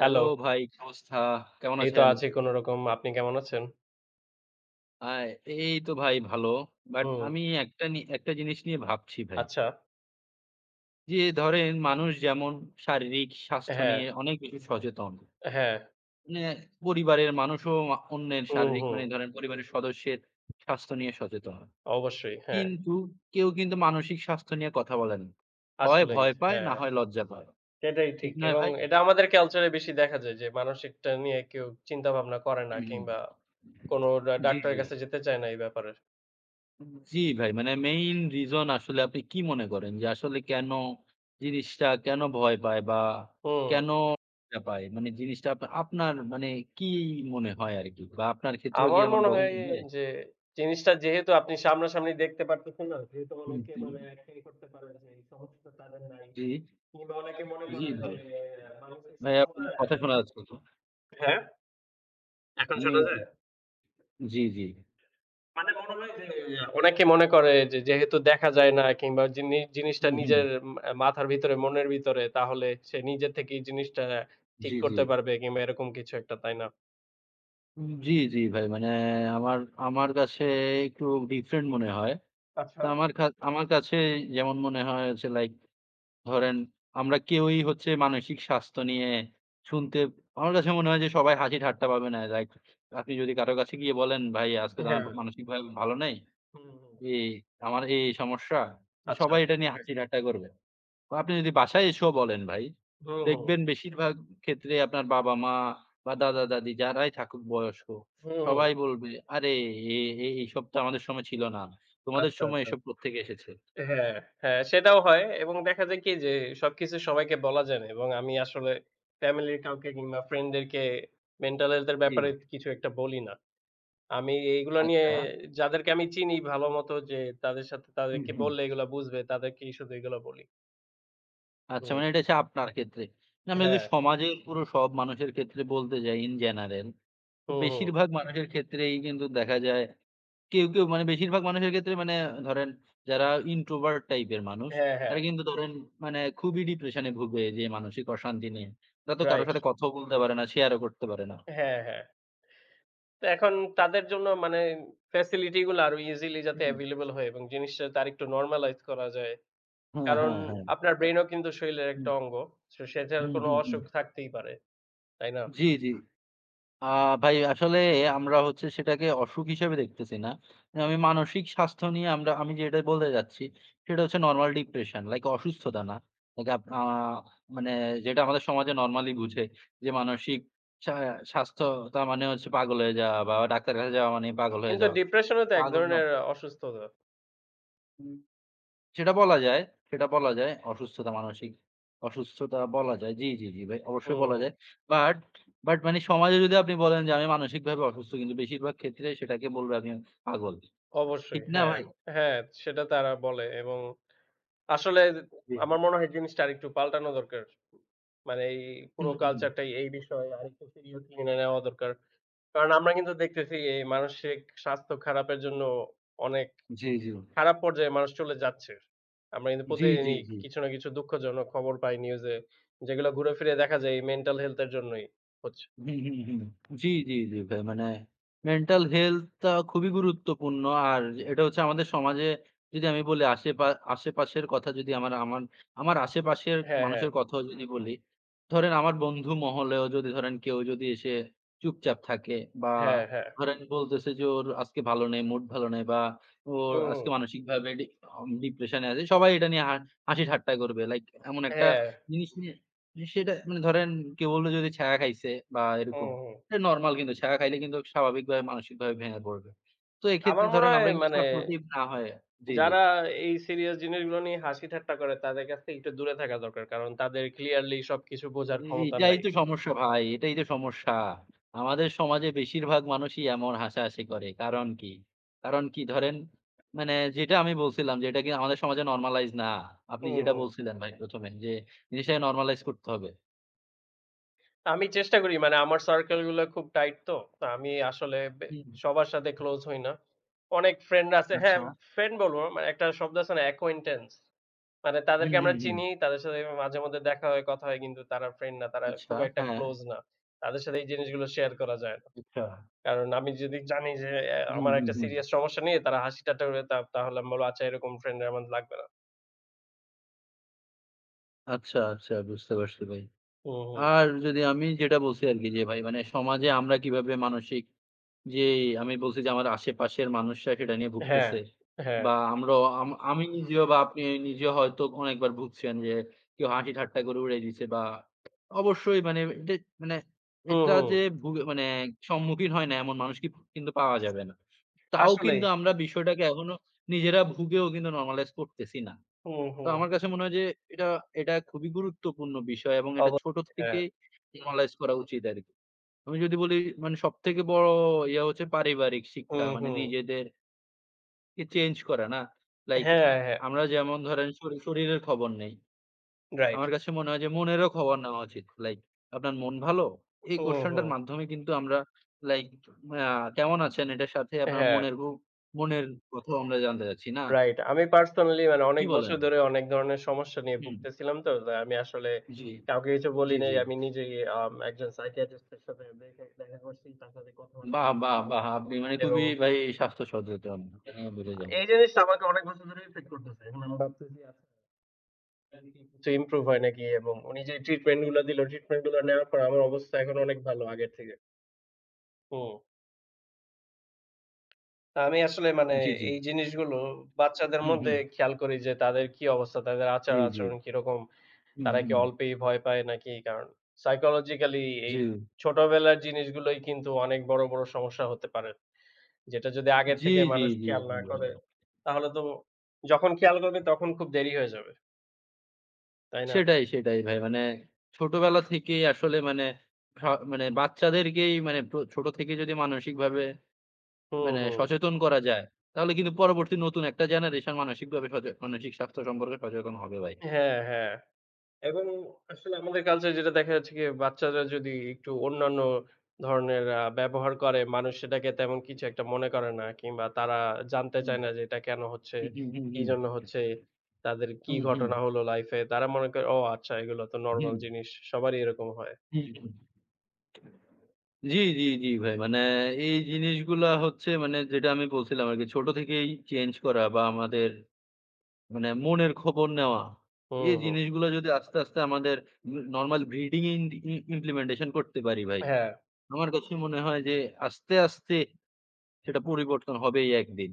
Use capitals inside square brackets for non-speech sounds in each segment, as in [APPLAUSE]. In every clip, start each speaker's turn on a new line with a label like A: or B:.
A: Hello,
B: ভাই, কি অবস্থা? কেমন
A: এই তো
B: আছেন?
A: আছি কোনরকম। আপনি কেমন আছেন?
B: আ এই তো ভাই ভালো। বাট
A: হুম,
B: আমি একটা জিনিস নিয়ে ভাবছি ভাই।
A: আচ্ছা।
B: যে ধরেন মানুষ যেমন শারীরিক স্বাস্থ্য
A: হ্যাঁ,
B: নিয়ে অনেক বেশি সচেতন।
A: হ্যাঁ।
B: মানে পরিবারের মানুষও অন্যের
A: হুম,
B: শারীরিক
A: হুম।
B: মানে ধরেন পরিবারের সদস্যের স্বাস্থ্য নিয়ে সচেতন।
A: অবশ্যই, হ্যাঁ।
B: কিন্তু কেউ কিন্তু মানসিক স্বাস্থ্য নিয়ে কথা বলে না। হয়
A: আসলেই,
B: ভয় পায়
A: হ্যাঁ।
B: না হয় লজ্জা পায়।
A: সেটাই
B: ঠিক
A: ঠিক।
B: নয়
A: এবং
B: ভাই?
A: এটা আমাদের কালচারে বেশি দেখা যায় যে মানসিকটা নিয়ে কেউ চিন্তাভাবনা করে না
B: হুম,
A: কিংবা
B: হুম।
A: কোনো ডা
B: জি,
A: ডাক্তারের
B: জি।
A: কাছে যেতে চায় না এই ব্যাপারে।
B: জি ভাই, মানে মেইন রিজন আসলে আপনি কি মনে করেন যে আসলে কেন জিনিসটা কেন ভয় পায় বা
A: হুম।
B: কেন লজ্জা পায়? মানে জিনিসটা আপনার মানে কি মনে হয় আরকি? বা আপনার ক্ষেত্রেও কি
A: আমার
B: এমন
A: মনে হয়
B: কখনো হয়?
A: যে জিনিসটা যেহেতু আপনি সামনাসামনি দেখতে পারতেছেন না, যেহেতু
B: হুম,
A: অনেকে
B: হুম।
A: মানে একটাই করতে পারে যে এই সমস্যাটা তাদের নাই।
B: জি,
A: কিংবা অনেকে মনে
B: জি
A: করে যে
B: ভাই।
A: মানুষের
B: ভাই আপনার
A: সমস্যা।
B: কথা শোনা যাচ্ছে তো।
A: হ্যাঁ? এখন
B: নি
A: শোনা যায়?
B: জি, জি।
A: মানে মনে হয় যে অনেকে মনে করে যে যেহেতু দেখা যায় না কিংবা জিনিসটা
B: হুম, হুম।
A: নিজের মাথার ভিতরে, মনের ভিতরে তাহলে সে নিজে থেকেই জিনিসটা ঠিক
B: জি, জি।
A: করতে পারবে কিংবা এরকম কিছু একটা, তাই না?
B: জি, জি ভাই। মানে আমার আমার কাছে একটু ডিফারেন্ট মনে হয়। তো
A: আচ্ছা,
B: আমার কাছে যেমন মনে হয় হচ্ছে লাইক ধরেন আমরা কেউই হচ্ছে মানসিক স্বাস্থ্য নিয়ে শুনতে আমার কাছে মনে হয় যে সবাই হাসি ঠাট্টা পাবে না। লাইক আপনি যদি কারো কাছে গিয়ে বলেন, "ভাই আজকে তো আমার
A: হ্যাঁ।
B: মানসিকভাবে ভালো নাই।
A: হুম, হুম।
B: এই আমার এই সমস্যা।"
A: আচ্ছা।
B: সবাই এটা নিয়ে হ্যাঁ। হাসি ঠাট্টা করবে। তো আপনি যদি বাসায় এসেও বলেন ভাই,
A: হুম, হুম।
B: দেখবেন বেশিরভাগ ক্ষেত্রে আপনার বাবা-মা বা দাদা-দাদি যারাই থাকুক বয়স্ক,
A: হুম, হুম।
B: সবাই বলবে, "আরে এ এ এইসব তো আমাদের সময় ছিল না। তোমাদের
A: আচ্ছা,
B: সময়
A: আচ্ছা।
B: এসব কোত্থেকে এসেছে?"
A: হ্যাঁ, হ্যাঁ সেটাও হয় এবং দেখা যায় কি যে সবকিছু সবাইকে বলা যায় না এবং আমি আসলে ফ্যামিলির কাউকে কিংবা ফ্রেন্ডদেরকে মেন্টাল হেলথ এর
B: জি,
A: ব্যাপারে কিছু একটা বলি না। আমি এইগুলা নিয়ে
B: আচ্ছা।
A: যাদেরকে আমি চিনি ভালোমতো যে তাদের সাথে
B: হুম,
A: তাদেরকে
B: হুম।
A: বললে এগুলা বুঝবে, তাদেরকেই শুধু এগুলা বলি।
B: আচ্ছা,
A: হুম।
B: মানে এটা হচ্ছে আপনার ক্ষেত্রে। না, আমি যদি
A: হ্যাঁ।
B: সমাজের পুরো সব মানুষের ক্ষেত্রে বলতে যাই in general, তো
A: হুম, হুম।
B: বেশিরভাগ মানুষের ক্ষেত্রেই কিন্তু দেখা যায় কেউ, মানে বেশিরভাগ মানুষের ক্ষেত্রে মানে ধরেন যারা introvert টাইপের মানুষ,
A: হ্যাঁ, হ্যাঁ।
B: তারা কিন্তু ধরেন মানে খুবই ডিপ্রেশন এ ভুগে যে মানসিক অশান্তি নিয়ে। তারা তো কারো
A: রাইট।
B: সাথে কথাও বলতে পারে না, শেয়ার ও করতে পারে না।
A: হ্যাঁ, হ্যাঁ। তো এখন তাদের জন্য মানে ফ্যাসিলিটি গুলো আরো ইজিলি যাতে
B: হুম।
A: এভেইলেবল হয় এবং জিনিসটা তার একটু নরমালাইজ করা যায়।
B: হ্যাঁ,
A: কারণ
B: হ্যাঁ, হ্যাঁ।
A: আপনার ব্রেইনও কিন্তু শরীরের একটা
B: হুম,
A: অঙ্গ। সো সেটার
B: হুম,
A: কোনো
B: হুম, হুম।
A: অসুখ থাকতেই পারে। তাই না?
B: জি, জি। আ ভাই আসলে আমরা হচ্ছে সেটাকে অসুখ হিসেবে দেখতেছি না। আমি মানসিক স্বাস্থ্য নিয়ে আমি যেটা বলতে যাচ্ছি সেটা হচ্ছে নরমাল ডিপ্রেশন লাইক অসুস্থতা না। লাইক আপ আ মানে যেটা আমাদের সমাজে নরমালি বুঝে যে মানসিক সা স্বাস্থ্যতা মানে হচ্ছে পাগল হয়ে যাওয়া বা ডাক্তারের কাছে যাওয়া মানেই পাগল হয়ে
A: কিন্তু
B: যাওয়া।
A: ডিপ্রেশনও তো এক
B: পাগল না
A: ধরনের অসুস্থতা।
B: সেটা বলা যায়, সেটা বলা যায়। অসুস্থতা মানসিক অসুস্থতা বলা যায়। জি ভাই অবশ্যই
A: হুম,
B: বলা
A: হুম।
B: যায়। বাট, বাট মানে সমাজে যদি আপনি বলেন যে আমি মানসিকভাবে অসুস্থ কিন্তু বেশিরভাগ ক্ষেত্রে সেটাকে বলবে আপনি পাগল। ঠিক
A: অবশ্যই।
B: না
A: হ্যাঁ,
B: ভাই?
A: হ্যাঁ সেটা তারা বলে এবং আসলে
B: জি।
A: আমার মনে হয় জিনিসটা আরেকটু পাল্টানো দরকার। মানে এই পুরো
B: হুম, হুম।
A: কালচারটাই এই বিষয়ে আরেকটু সিরিয়াসলি নেওয়া দরকার। কারণ আমরা কিন্তু দেখতেছি এই মানসিক স্বাস্থ্য খারাপের জন্য অনেক
B: জি, জি।
A: খারাপ পর্যায়ে মানুষ চলে যাচ্ছে। আমরা কিন্তু
B: জি, জি,
A: প্রতিদিনই
B: জি।
A: কিছু না কিছু দুঃখজনক খবর পাই নিউজে। যেগুলো ঘুরে ফিরে দেখা যায় এই মেন্টাল হেলথ এর জন্যই হচ্ছে।
B: হুম, হুম, হুম। জি ভাই। মানে মেন্টাল হেলথটা খুবই গুরুত্বপূর্ণ। আর এটা হচ্ছে আমাদের সমাজে যদি আমি বলি আশেপাশের কথা যদি আমার আমার আমার আশেপাশের
A: হ্যাঁ, হ্যাঁ,
B: মানুষের কথাও যদি বলি, ধরেন আমার বন্ধু মহলেও যদি ধরেন কেউ যদি এসে চুপচাপ থাকে বা
A: হ্যাঁ, হ্যাঁ।
B: ধরেন বলতেছে যে ওর আজকে ভালো নেই, মুড ভালো নেই বা ওর
A: হুম, হুম।
B: আজকে মানসিকভাবে ডিপ্রেশন এ আছে। সবাই এটা নিয়ে হাসি ঠাট্টা করবে। লাইক এমন একটা
A: হ্যাঁ,
B: জিনিস নিয়ে সেটা মানে ধরেন কেউ বলল যদি ছায়া খাইছে বা
A: হুম,
B: এরকম।
A: হুম।
B: এটা নরমাল কিন্তু ছায়া খাইলে কিন্তু স্বাভাবিকভাবে মানসিকভাবে ভেঙে পড়বে। তো
A: আমার
B: এক্ষেত্রে
A: মনে
B: ধরেন
A: হয়
B: আমরা কিন্তু
A: মানে
B: সাপোর্টিভ না হয়ে জি, জি।
A: যারা এই সিরিয়াস জিনিসগুলো নিয়ে হাসি ঠাট্টা করে তাদের কাছ থেকে একটু দূরে থাকা দরকার। কারণ তাদের ক্লিয়ারলি সবকিছু বোঝার ক্ষমতা
B: এটাই
A: নাই।
B: তো সমস্যা ভাই, এটাই তো সমস্যা। আমাদের সমাজে বেশিরভাগ মানুষই এমন হাসাহাসি করে। কারণ কি? কারণ কি ধরেন মানে যেটা আমি বলছিলাম যে এটা কি আমাদের সমাজে নরমালাইজ না। আপনি
A: হুম,
B: যেটা
A: হুম।
B: বলছিলেন ভাই ১ম এ যে জিনিসটাকে নরমালাইজ করতে হবে।
A: আমি চেষ্টা করি মানে আমার সার্কেল গুলো খুব টাইট তো। তো আমি আসলে
B: হুম,
A: সবার সাথে ক্লোজ হই না। অনেক ফ্রেন্ড আছে হ্যাঁ,
B: আচ্ছা।
A: ফ্রেন্ড বলবো না, মানে একটা শব্দ আছে না অ্যাকোয়েন্টেন্স। মানে
B: হুম,
A: তাদেরকে আমরা
B: হুম, হুম।
A: চিনি, তাদের সাথে মাঝে মধ্যে দেখা হয়, কথা হয় কিন্তু তারা ফ্রেন্ড না। তারা
B: আচ্ছা,
A: খুব একটা
B: হ্যাঁ।
A: ক্লোজ না। তাদের সাথে এই জিনিসগুলো শেয়ার করা যায় না।
B: আচ্ছা।
A: কারণ আমি যদি জানি যে
B: হুম,
A: আমার
B: হুম,
A: একটা
B: হুম।
A: সিরিয়াস সমস্যা নিয়ে তারা হাসি ঠাট্টা করে তাহলে আমি বলব, "আচ্ছা এরকম ফ্রেন্ড আমার লাগবে না।"
B: আচ্ছা, আচ্ছা বুঝতে পারছি ভাই।
A: হুম, হুম।
B: আর যদি আমি যেটা বলছি আরকি যে ভাই মানে সমাজে আমরা কিভাবে মানসিক যে আমি বলছি যে আমার আশেপাশের মানুষরা সেটা নিয়ে
A: হ্যাঁ,
B: ভুগতেছে।
A: হ্যাঁ।
B: বা আমরাও আম আমি নিজেও বা আপনি নিজেও হয়তো অনেকবার ভুগছেন যে কেউ হাসি ঠাট্টা করে উড়াই দিছে বা অবশ্যই মানে এটা মানে
A: হুম,
B: এটা
A: হুম।
B: যে ভুগে মানে সম্মুখীন হয় না এমন মানুষ কি কিন্তু পাওয়া যাবে না। তাও
A: আসলেই।
B: কিন্তু আমরা বিষয়টাকে এখনো নিজেরা ভুগেও কিন্তু normalize করতেছি না।
A: হুম,
B: তো
A: হুম।
B: আমার কাছে মনে হয় যে এটা এটা খুবই গুরুত্বপূর্ণ বিষয় এবং এটা ছোট
A: অবশ্যই। হ্যাঁ।
B: থেকে হুম। নলেজ করা উচিত আরকি। আমি যদি বলি মানে সবথেকে বড় ইয়া হচ্ছে পারিবারিক শিক্ষা
A: হুম,
B: মানে
A: হুম।
B: নিজেদেরকে চেঞ্জ করা না? লাইক
A: হ্যাঁ,
B: আ
A: হ্যাঁ।
B: আমরা যেমন ধরেন শরীরের খবর নেই।
A: রাইট।
B: আমার কাছে মনে হয় যে মনেরও খবর নেওয়া উচিত। লাইক আপনার মন ভালো? এই
A: হুম, হুম।
B: কোয়েশ্চেনটার মাধ্যমে কিন্তু আমরা লাইক আ কেমন আছেন? এটার সাথে আপনার
A: হ্যাঁ,
B: মনের কথাও আমরা জানতে চাচ্ছি না?
A: রাইট। আমি পার্সোনালি মানে
B: কি
A: অনেক
B: বলেন?
A: বছর ধরে অনেক ধরনের সমস্যা নিয়ে
B: হুম,
A: ভুগতেছিলাম তো। তাই আমি আসলে
B: জি,
A: কাউকে কিছু বলি
B: জি,
A: নাই।
B: জি।
A: আমি নিজেই একজন সাইকিয়াট্রিস্ট এর সাথে দেখা দেখা করছি, তার সাথে কথাবার্তা
B: বাহ!
A: বলছি
B: বাহ! বাহ! আপনি মানে
A: এবং
B: খুবই ভাই স্বাস্থ্য সচেতন। হ্যাঁ, বলে যান।
A: এই জিনিসটা আমাকে অনেক বছর ধরেই ইফেক্ট করতেছে। এখন আমি ভাবতেছি আসলে কি কিছু ইমপ্রুভ হয় নাকি এবং উনি যে ট্রিটমেন্ট গুলো দিল, ট্রিটমেন্ট গুলো নেওয়ার পর আমার অবস্থা এখন অনেক ভালো আগের থেকে। হুম। তা আমি আসলে মানে
B: জি, জি।
A: এই জিনিসগুলো বাচ্চাদের
B: হুম,
A: মধ্যে
B: হুম।
A: খেয়াল করি যে তাদের কি অবস্থা, তাদের
B: জি, জি।
A: আচার-আচরণ কিরকম,
B: হুম,
A: তারা কি
B: হুম।
A: অল্পেই ভয় পায় নাকি? কারণ সাইকোলজিক্যালি এই
B: জি।
A: ছোটবেলার জিনিসগুলোই কিন্তু অনেক বড়, বড় সমস্যা হতে পারে। যেটা যদি আগের
B: জি,
A: থেকে
B: জি,
A: মানুষ
B: জি,
A: খেয়াল
B: জি
A: না
B: ভাই।
A: করে, তাহলে তো যখন খেয়াল করবে তখন খুব দেরি হয়ে যাবে। তাই না?
B: সেটাই, সেটাই ভাই। মানে ছোটবেলা থেকেই আসলে মানে মানে বাচ্চাদেরকেই মানে প্র ছোট থেকে যদি মানসিকভাবে
A: হুম,
B: মানে
A: হুম।
B: সচেতন করা যায়, তাহলে কিন্তু পরবর্তী নতুন একটা জেনারেশন মানসিকভাবে মানসিক স্বাস্থ্য সম্পর্কে সচেতন হবে ভাই।
A: হ্যাঁ, হ্যাঁ। এবং আসলে আমাদের কালচারে যেটা দেখা যাচ্ছে কি বাচ্চারা যদি একটু অন্যান্য ধরনের ব্যবহার করে, মানুষ সেটাকে তেমন কিছু একটা মনে করে না কিংবা তারা জানতে
B: হুম।
A: চায় না যে এটা কেন হচ্ছে,
B: হুম, হুম, হুম,
A: কিজন্য
B: হুম।
A: হচ্ছে, তাদের কি
B: হুম, হুম।
A: ঘটনা হলো লাইফে। তারা মনে করে, "ও আচ্ছা এগুলো তো নরমাল
B: হুম।
A: জিনিস। সবারই এরকম হয়।"
B: হুম, হুম। জি, জি, জি, ভাই। মানে এই জিনিসগুলা হচ্ছে মানে যেটা আমি বলছিলাম আরকি ছোট থেকেই চেঞ্জ করা বা আমাদের মানে মনের খবর নেওয়া।
A: হুম,
B: এই
A: হুম।
B: জিনিসগুলো যদি আস্তে, আস্তে আমাদের নরমাল ব্রিডিং এ ইন্ট ই ইমপ্লিমেন্টেশন করতে পারি ভাই।
A: হ্যাঁ,
B: আমার কাছে মনে হয় যে আস্তে, আস্তে সেটা পরিবর্তন হবেই একদিন।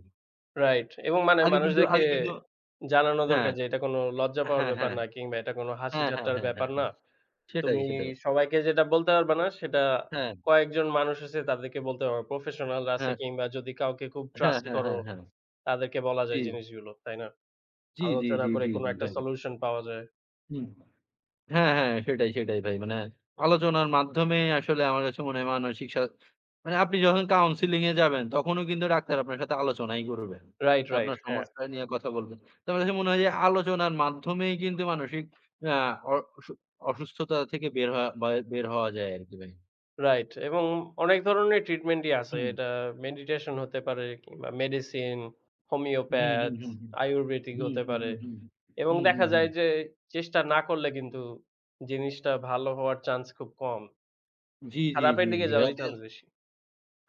A: রাইট। এবং মানে মানুষদেরকে
B: আগে কিন্তু
A: জানানো দরকার
B: হ্যাঁ,
A: যে এটা কোনো লজ্জা পাওয়ার
B: হ্যাঁ,
A: ব্যাপার
B: হ্যাঁ,
A: না কিংবা এটা কোনো হাসি
B: হ্যাঁ, হ্যাঁ,
A: ঠাট্টার
B: হ্যাঁ,
A: ব্যাপার
B: হ্যাঁ,
A: না।
B: হ্যাঁ। সেটাই,
A: তুমি
B: সেটাই।
A: সবাইকে যেটা বলতে পারবা না, সেটা
B: হ্যাঁ,
A: কয়েকজন মানুষ আছে তাদেরকে বলতে পারবা। প্রফেশনালরা আছে
B: হ্যাঁ,
A: কিংবা যদি কাউকে খুব
B: হ্যাঁ,
A: ট্রাস্ট
B: হ্যাঁ,
A: করো,
B: হ্যাঁ, হ্যাঁ।
A: তাদেরকে বলা
B: জি,
A: যায় জিনিসগুলো, তাই না?
B: জি, জি,
A: আলোচনা
B: জি,
A: করে
B: জি,
A: কোনো
B: জি,
A: একটা
B: ভাই।
A: সলিউশন পাওয়া যায়।
B: হুম। হ্যাঁ, হ্যাঁ। সেটাই, সেটাই ভাই। মানে আলোচনার মাধ্যমে আসলে আমার কাছে মনে হয় মানসিক মানে আপনি যখন কাউন্সেলিং এ যাবেন তখনও কিন্তু ডাক্তার আপনার সাথে আলোচনাই করবেন।
A: Right, right.
B: আপনার
A: হ্যাঁ,
B: সমস্যা নিয়ে কথা বলবেন। তো আমার কাছে মনে হয় যে আলোচনার মাধ্যমেই কিন্তু মানসিক আ অ অসু অসুস্থতা থেকে বের হওয়া যায় আরকি ভাই।
A: রাইট এবং অনেক ধরনের ট্রিটমেন্টই আছে।
B: হুম।
A: এটা মেডিটেশন হতে পারে কিংবা মেডিসিন,
B: হুম, হুম,
A: হোমিওপ্যাথ,
B: হুম, হুম।
A: আয়ুর্বেদিক
B: হুম,
A: হতে
B: হুম,
A: পারে
B: হুম, হুম।
A: এবং
B: হুম, হুম,
A: দেখা
B: হুম।
A: যায় যে চেষ্টা না করলে কিন্তু জিনিসটা ভালো হওয়ার চান্স খুব কম।
B: জি, জি,
A: খারাপের
B: জি,
A: দিকে
B: জি।
A: যাওয়ারই চান্স
B: [UNINTELLIGIBLE]
A: বেশি।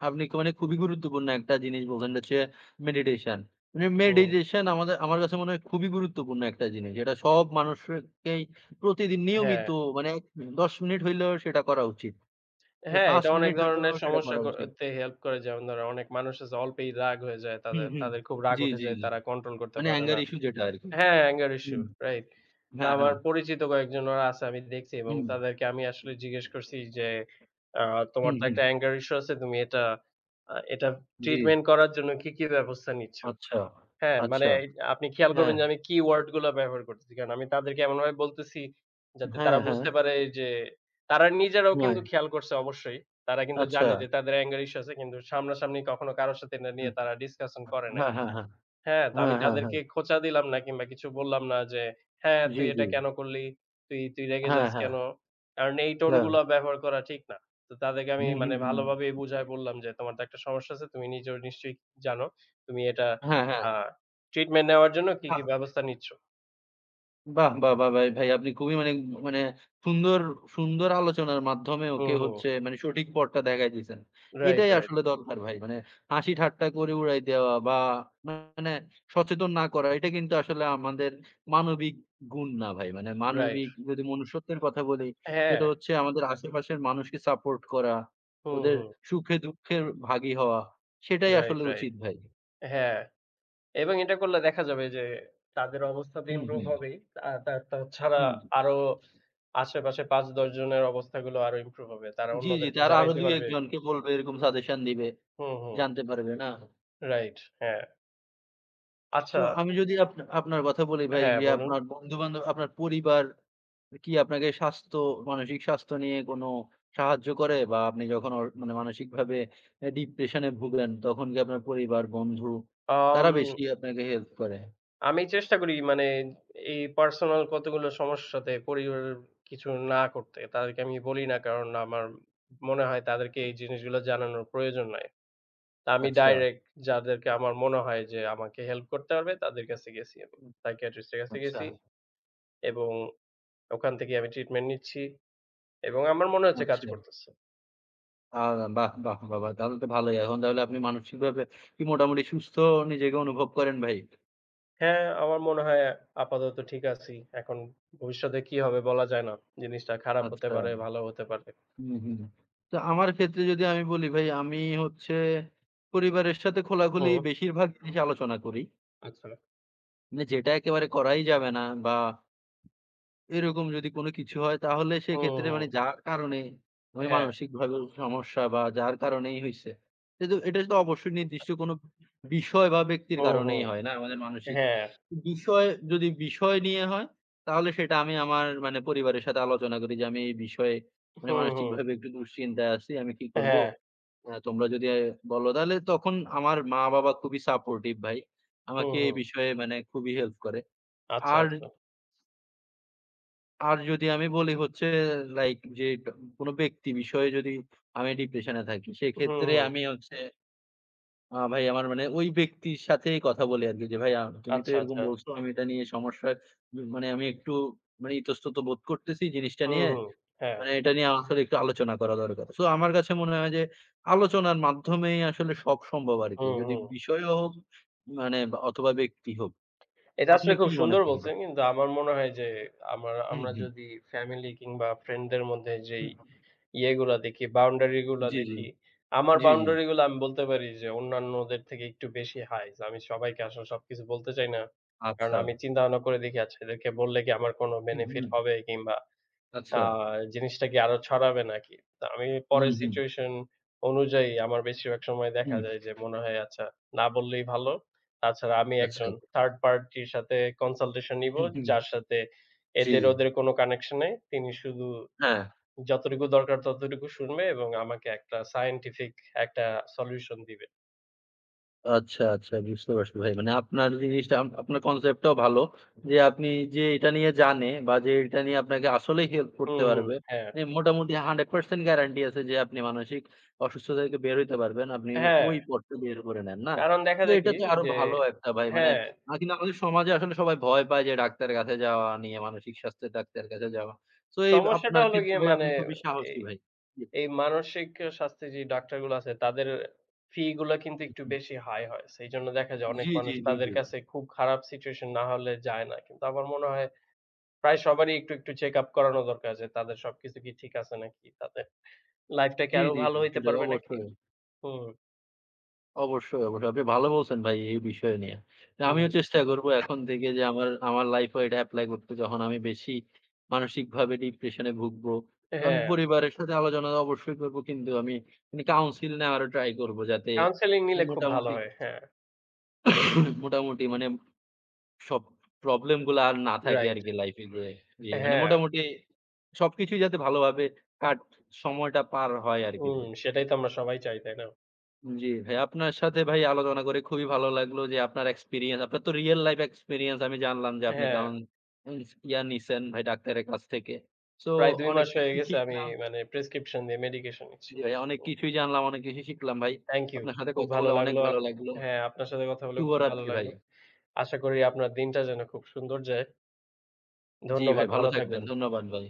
B: আপনি কি মানে খুবই গুরুত্বপূর্ণ একটা জিনিস বললেন এটা হচ্ছে মেডিটেশন। মানে
A: হুম,
B: মেডিটেশন আমার কাছে মনে হয় খুবই গুরুত্বপূর্ণ একটা জিনিস। এটা সব মানুষকেই প্রতিদিন
A: হ্যাঁ।
B: নিয়মিত মানে ১০ মিনিট হইলেও সেটা করা উচিত। মানে
A: হ্যাঁ,
B: ৫
A: এটা অনেক
B: মিনিট
A: ধরনের
B: হইলেও সেটা
A: সমস্যা
B: করা উচিত।
A: তে হেল্প করে। যেমন ধরেন অনেক মানুষ আছে অল্পেই রাগ হয়ে যায়
B: হুম,
A: তাদের।
B: হুম।
A: তাদের খুব রাগ
B: জি,
A: উঠে
B: জি,
A: যায়,
B: জি।
A: তারা কন্ট্রোল করতে
B: মানে
A: পারে
B: অ্যাঙ্গার
A: না।
B: ইস্যু যেটা আরকি।
A: হ্যাঁ, অ্যাঙ্গার ইস্যু,
B: হুম।
A: রাইট। তো
B: হ্যাঁ,
A: আমার
B: হ্যাঁ।
A: পরিচিত কয়েকজন ওরা আছে আমি দেখছি এবং
B: হুম,
A: তাদেরকে আমি আসলে জিজ্ঞেস করছি যে, আ "তোমার
B: হুম,
A: তো
B: হুম।
A: একটা অ্যাঙ্গার ইস্যু আছে। তুমি এটা
B: জি।
A: ট্রিটমেন্ট করার জন্য কি, কি ব্যবস্থা নিচ্ছ?"
B: আচ্ছা,
A: হ্যাঁ, মানে
B: আচ্ছা।
A: এই আপনি খেয়াল
B: হ্যাঁ,
A: করবেন যে আমি কি ওয়ার্ড গুলা ব্যবহার করতেছি। কারণ আমি তাদেরকে এমনভাবে বলতেছি যাতে
B: হ্যাঁ,
A: তারা
B: হ্যাঁ,
A: বুঝতে পারে যে তারা নিজেরাও
B: হ্যাঁ।
A: কিন্তু খেয়াল করছে অবশ্যই। তারা কিন্তু
B: আচ্ছা।
A: জানে যে তাদের anger issue আছে। কিন্তু সামনাসামনি কখনো কারো সাথে এটা নিয়ে
B: হুম।
A: তারা discussion করে নাই।
B: হ্যাঁ, হ্যাঁ, হ্যাঁ।
A: হ্যাঁ, তো
B: হ্যাঁ,
A: আমি
B: হ্যাঁ, হ্যাঁ।
A: তাদেরকে খোঁচা দিলাম না কিংবা কিছু বললাম না যে, "হ্যাঁ, তুই
B: জি, জি।
A: এটা কেন করলি? তুই তুই রেগে
B: হ্যাঁ,
A: যাস
B: হ্যাঁ,
A: কেন?" কারণ এই টোন
B: হ্যাঁ।
A: গুলা ব্যবহার করা ঠিক না। তো তাদেরকে
B: হুম,
A: আমি
B: হুম,
A: মানে
B: হুম।
A: ভালোভাবেই বুঝায় বললাম যে, "তোমার তো একটা সমস্যা আছে। তুমি নিজেও নিশ্চয়ই জানো। তুমি এটা
B: হ্যাঁ, হ্যাঁ।
A: আ ট্রিটমেন্ট নেওয়ার জন্য কি, কি
B: বাহ!
A: ব্যবস্থা নিচ্ছ?"
B: বাহ! বাহ! বাহ! ভাই, ভাই আপনি খুবই মানে মানে সুন্দর, সুন্দর আলোচনার মাধ্যমে
A: হুম,
B: ওকে
A: হুম।
B: হচ্ছে মানে সঠিক পথটা দেখায় দিছেন।
A: রাইট,
B: এটাই
A: রাইট,
B: আসলে দরকার ভাই। মানে হাসি ঠাট্টা করে উড়াই দেওয়া বা মানে সচেতন না করা এটা কিন্তু আসলে আমাদের মানবিক গুণ না ভাই। মানে
A: রাইট।
B: মানবিক যদি মনুষ্যত্বের কথা বলি
A: হ্যাঁ।
B: সেটা হচ্ছে আমাদের আশেপাশের মানুষকে সাপোর্ট করা,
A: হুম,
B: ওদের
A: হুম।
B: সুখে দুঃখের ভাগী হওয়া সেটাই
A: রাইট,
B: আসলে
A: রাইট।
B: উচিত ভাই।
A: হ্যাঁ। এবং এটা করলে দেখা যাবে যে তাদের অবস্থা তো
B: হুম,
A: ইমপ্রুভ
B: হুম,
A: হবেই। আ তা তাছাড়া
B: হুম।
A: আরো আশেপাশে ৫-১০ জনের অবস্থাগুলো আরো ইমপ্রুভ হবে। তারা
B: জি, জি।
A: অন্যদেরকে
B: তারা আরো
A: জানাইতে
B: ২-১
A: পারবে।
B: জনকে বলবে এরকম সাজেশন দিবে।
A: হুম, হুম।
B: জানতে পারবে, না?
A: রাইট, হ্যাঁ। আচ্ছা,
B: সো আমি যদি আপনার কথা বলি ভাই
A: হ্যাঁ,
B: যে
A: বলুন।
B: আপনার বন্ধু-বান্ধব, আপনার পরিবার কি আপনাকে মানসিক স্বাস্থ্য নিয়ে কোনো সাহায্য করে? বা আপনি যখন মানে মানসিকভাবে ডিপ্রেশন এ ভুগলেন তখন কি আপনার পরিবার, বন্ধু
A: আম
B: তারা বেশি আপনাকে হেল্প করে?
A: আমি চেষ্টা করি মানে এই পার্সোনাল কতগুলো সমস্যাতে পরিবারের কিছু না করতে। তাদেরকে আমি বলি না কারণ আমার মনে হয় তাদেরকে এই জিনিসগুলো জানানোর প্রয়োজন নাই। তা আমি
B: আচ্ছা।
A: ডাইরেক্ট যাদেরকে আমার মনে হয় যে আমাকে হেল্প করতে পারবে তাদের কাছে গেছি আমি।
B: হুম,
A: সাইকিয়াট্রিস্ট এর কাছে
B: আচ্ছা,
A: গেছি এবং ওখান থেকে আমি ট্রিটমেন্ট নিচ্ছি এবং আমার মনে হচ্ছে কাজ
B: আচ্ছা।
A: করতেছে।
B: আ বাহ! বাহ! বাবা! তাহলে তো ভালোই। এখন তাহলে আপনি মানসিকভাবে কি মোটামুটি সুস্থ নিজেকে অনুভব করেন ভাই?
A: হ্যাঁ, আমার মনে হয় আপাতত ঠিক আছি। এখন ভবিষ্যতে কি হবে বলা যায় না। জিনিসটা খারাপ হতে
B: আচ্ছা।
A: পারে, ভালো হতে পারে।
B: হুম, হুম। তো আমার ক্ষেত্রে যদি আমি বলি ভাই, আমি হচ্ছে পরিবারের সাথে খোলাখুলি
A: হুম।
B: বেশিরভাগ জিনিস আলোচনা করি।
A: আচ্ছা।
B: মানে যেটা একেবারে করাই যাবে না বা এরকম যদি কোনো কিছু হয় তাহলে
A: হুম,
B: সেক্ষেত্রে
A: হুম।
B: মানে যার কারণে আমি
A: হ্যাঁ।
B: মানসিকভাবে সমস্যা বা যার কারণেই হইছে। কিন্তু এটা তো অবশ্যই নির্দিষ্ট কোনো বিষয় বা ব্যক্তির
A: হুম, হুম।
B: কারণেই হয় না আমাদের মানসিক
A: হ্যাঁ।
B: বিষয় যদি বিষয় নিয়ে হয় তাহলে সেটা আমি আমার মানে পরিবারের সাথে আলোচনা করি যে আমি এই বিষয়ে মানে
A: হুম, হুম।
B: মানসিকভাবে একটু দুশ্চিন্তায় আছি। আমি কি করব?
A: হ্যাঁ।
B: তোমরা যদি বলো তাহলে তখন আমার মা-বাবা খুবই সাপোর্টিভ ভাই।
A: হুম,
B: আমাকে এই
A: হুম।
B: বিষয়ে মানে খুবই হেল্প করে।
A: আচ্ছা,
B: আর
A: আচ্ছা।
B: আর যদি আমি বলি হচ্ছে লাইক যে কোনো ব্যক্তি বিষয়ে যদি আমি ডিপ্রেশন এ থাকি,
A: হুম,
B: সেক্ষেত্রে
A: হুম।
B: আমি হচ্ছে ভাই আমার মানে ওই ব্যক্তির সাথেই কথা বলি আরকি যে, "ভাই তুমি তো
A: আচ্ছা,
B: এরকম
A: আচ্ছা।
B: বলছো, আমি এটা নিয়ে সমস্যায় মানে আমি একটু মানে ইতস্তত বোধ করতেছি জিনিসটা
A: হুম,
B: নিয়ে।
A: হুম। হ্যাঁ।
B: মানে এটা নিয়ে আমার আসলে একটু আলোচনা করা দরকার।" সো আমার কাছে মনে হয় যে আলোচনার মাধ্যমেই আসলে সব সম্ভব আরকি।
A: হুম,
B: যদি
A: হুম।
B: বিষয়ও হোক মানে বা অথবা ব্যক্তি হোক।
A: এটা
B: আপনি
A: আসলে খুব
B: কি মনে
A: সুন্দর
B: করেন ভাই?
A: বলছেন। কিন্তু আমার মনে হয় যে আমার
B: হুম,
A: আমরা
B: হুম।
A: যদি ফ্যামিলি কিংবা ফ্রেন্ডদের মধ্যে যেই
B: হুম, হুম।
A: ইয়েগুলা দেখি, বাউন্ডারি গুলা
B: জি, জি।
A: দেখি। আমার
B: জি, জি।
A: বাউন্ডারি গুলা আমি বলতে পারি যে অন্যান্যদের থেকে একটু বেশি হাই। যে আমি সবাইকে
B: আ
A: আসলে সবকিছু বলতে চাই না। কারণ
B: আচ্ছা।
A: আমি চিন্তা ভাবনা করে দেখি আচ্ছা এদেরকে বললে কি আমার কোনো
B: হুম,
A: বেনিফিট
B: হুম।
A: হবে কিংবা আ
B: আচ্ছা।
A: জিনিসটা কি আরো ছড়াবে নাকি? তো আমি পরে
B: হুম, হুম,
A: সিচুয়েশন অনুযায়ী আমার বেশিরভাগ সময় দেখা
B: হুম।
A: যায় যে মনে হয় আচ্ছা না বললেই ভালো। তাছাড়া আমি
B: আচ্ছা।
A: একজন থার্ড পার্টির সাথে কনসালটেশন নিবো।
B: হুম, হুম।
A: যার সাথে
B: জি।
A: এদের ওদের কোনো কানেকশন নাই। তিনি শুধু
B: হ্যাঁ।
A: যতটুকু দরকার ততটুকু শুনবে এবং আমাকে একটা সায়েন্টিফিক একটা সলিউশন দিবে।
B: আচ্ছা, আচ্ছা বুঝতে পারছি ভাই। মানে আপনার জিনিসটা আপনার কনসেপ্টটাও ভালো। যে আপনি যে এটা নিয়ে জানে বা যে এটা নিয়ে আপনাকে আসলেই হেল্প করতে
A: হুম, হুম।
B: পারবে।
A: হ্যাঁ,
B: মানে মোটামুটি 100% গ্যারান্টি আছে যে আপনি মানসিক অসুস্থতা থেকে বের হইতে পারবেন। আপনি
A: হ্যাঁ।
B: ওই পথটা বের করে নেন, না?
A: কারণ দেখা
B: তো
A: যায় কি
B: এটা তো আরো
A: যে
B: ভালো একটা ভাই। মানে
A: হ্যাঁ,
B: কিন্তু আমাদের সমাজে আসলে সবাই ভয় পায় যে ডাক্তারের কাছে যাওয়া নিয়ে, মানসিক স্বাস্থ্যের ডাক্তারের কাছে যাওয়া। সো এই
A: সমস্যাটা
B: আপনার
A: হলো
B: ক্ষেত্রে
A: গিয়ে
B: ভাই
A: মানে
B: আপনি খুবই
A: এই,
B: সাহসী ভাই। জি,
A: এই মানসিক স্বাস্থ্যের যে ডাক্তারগুলো আছে তাদের ফি গুলা কিন্তু
B: হুম,
A: একটু
B: হুম।
A: বেশি হাই হয়। সেইজন্য দেখা যায় অনেক
B: জি, জি,
A: মানুষ
B: জি,
A: তাদের
B: জি।
A: কাছে খুব খারাপ সিচুয়েশন না হলে যায় না। কিন্তু আমার মনে হয় প্রায় সবারই একটু, একটু চেক আপ করানো দরকার যে তাদের সবকিছু কি ঠিক আছে নাকি? তাদের লাইফ টা কি
B: জি,
A: আরো
B: জি,
A: ভালো
B: জি, জি
A: হইতে
B: ভাই
A: পারবে নাকি?
B: অবশ্যই।
A: হুম,
B: অবশ্যই, অবশ্যই। আপনি ভালো বলছেন ভাই এই বিষয় নিয়ে। না
A: হুম।
B: আমিও চেষ্টা করব এখন থেকে যে আমার আমার লাইফেও এটা এপ্লাই করতে যখন আমি বেশি মানসিকভাবে ডিপ্রেশন এ ভুগবো। তখন
A: হ্যাঁ।
B: পরিবারের সাথে আলোচনা তো অবশ্যই করব কিন্তু আমি মানে কাউন্সিল নেওয়ারও ট্রাই করব যাতে
A: কাউন্সেলিং
B: মানে
A: নিলে খুব ভালো
B: মোটামুটি
A: হয়। হ্যাঁ,
B: [CLEARS THROAT] মোটামুটি মানে সব প্রবলেম গুলা আর না থাকে
A: রাইট।
B: আরকি লাইফে যে জি, মানে
A: হ্যাঁ,
B: মোটামুটি সবকিছুই যাতে ভালোভাবে কাট সময়টা পার হয় আরকি।
A: হুম, সেটাই তো আমরা সবাই চাই, তাই না?
B: জি ভাই, আপনার সাথে ভাই আলোচনা করে খুবই ভালো লাগলো যে আপনার এক্সপেরিয়েন্স, আপনার তো রিয়াল লাইফ এক্সপেরিয়েন্স আমি জানলাম যে আপনি
A: হ্যাঁ,
B: কাউন উন্স ইয়া নিছেন ভাই ডাক্তারের কাছ থেকে। সো
A: প্রায় ২
B: অনেক
A: মাস হয়ে
B: কিছুই
A: গেছে আমি
B: শিখলাম।
A: মানে প্রেসক্রিপশন দিয়ে মেডিকেশন নিচ্ছি।
B: জি ভাই, অনেক
A: তো
B: কিছুই জানলাম, অনেক কিছুই শিখলাম ভাই।
A: Thank you.
B: আপনার সাথে
A: খুব
B: কথা
A: ভালো
B: বলে অনেক
A: লাগলো।
B: ভালো লাগলো।
A: হ্যাঁ, আপনার সাথে কথা বলে খুব ভালো
B: শুভরাত্রি ভাই।
A: লাগলো। আশা করি আপনার দিনটা যেন খুব সুন্দর যায়।
B: জি ভাই,
A: ধন্যবাদ।
B: ভালো
A: ভালো
B: থাকবেন।
A: থাকবেন।
B: ধন্যবাদ ভাই।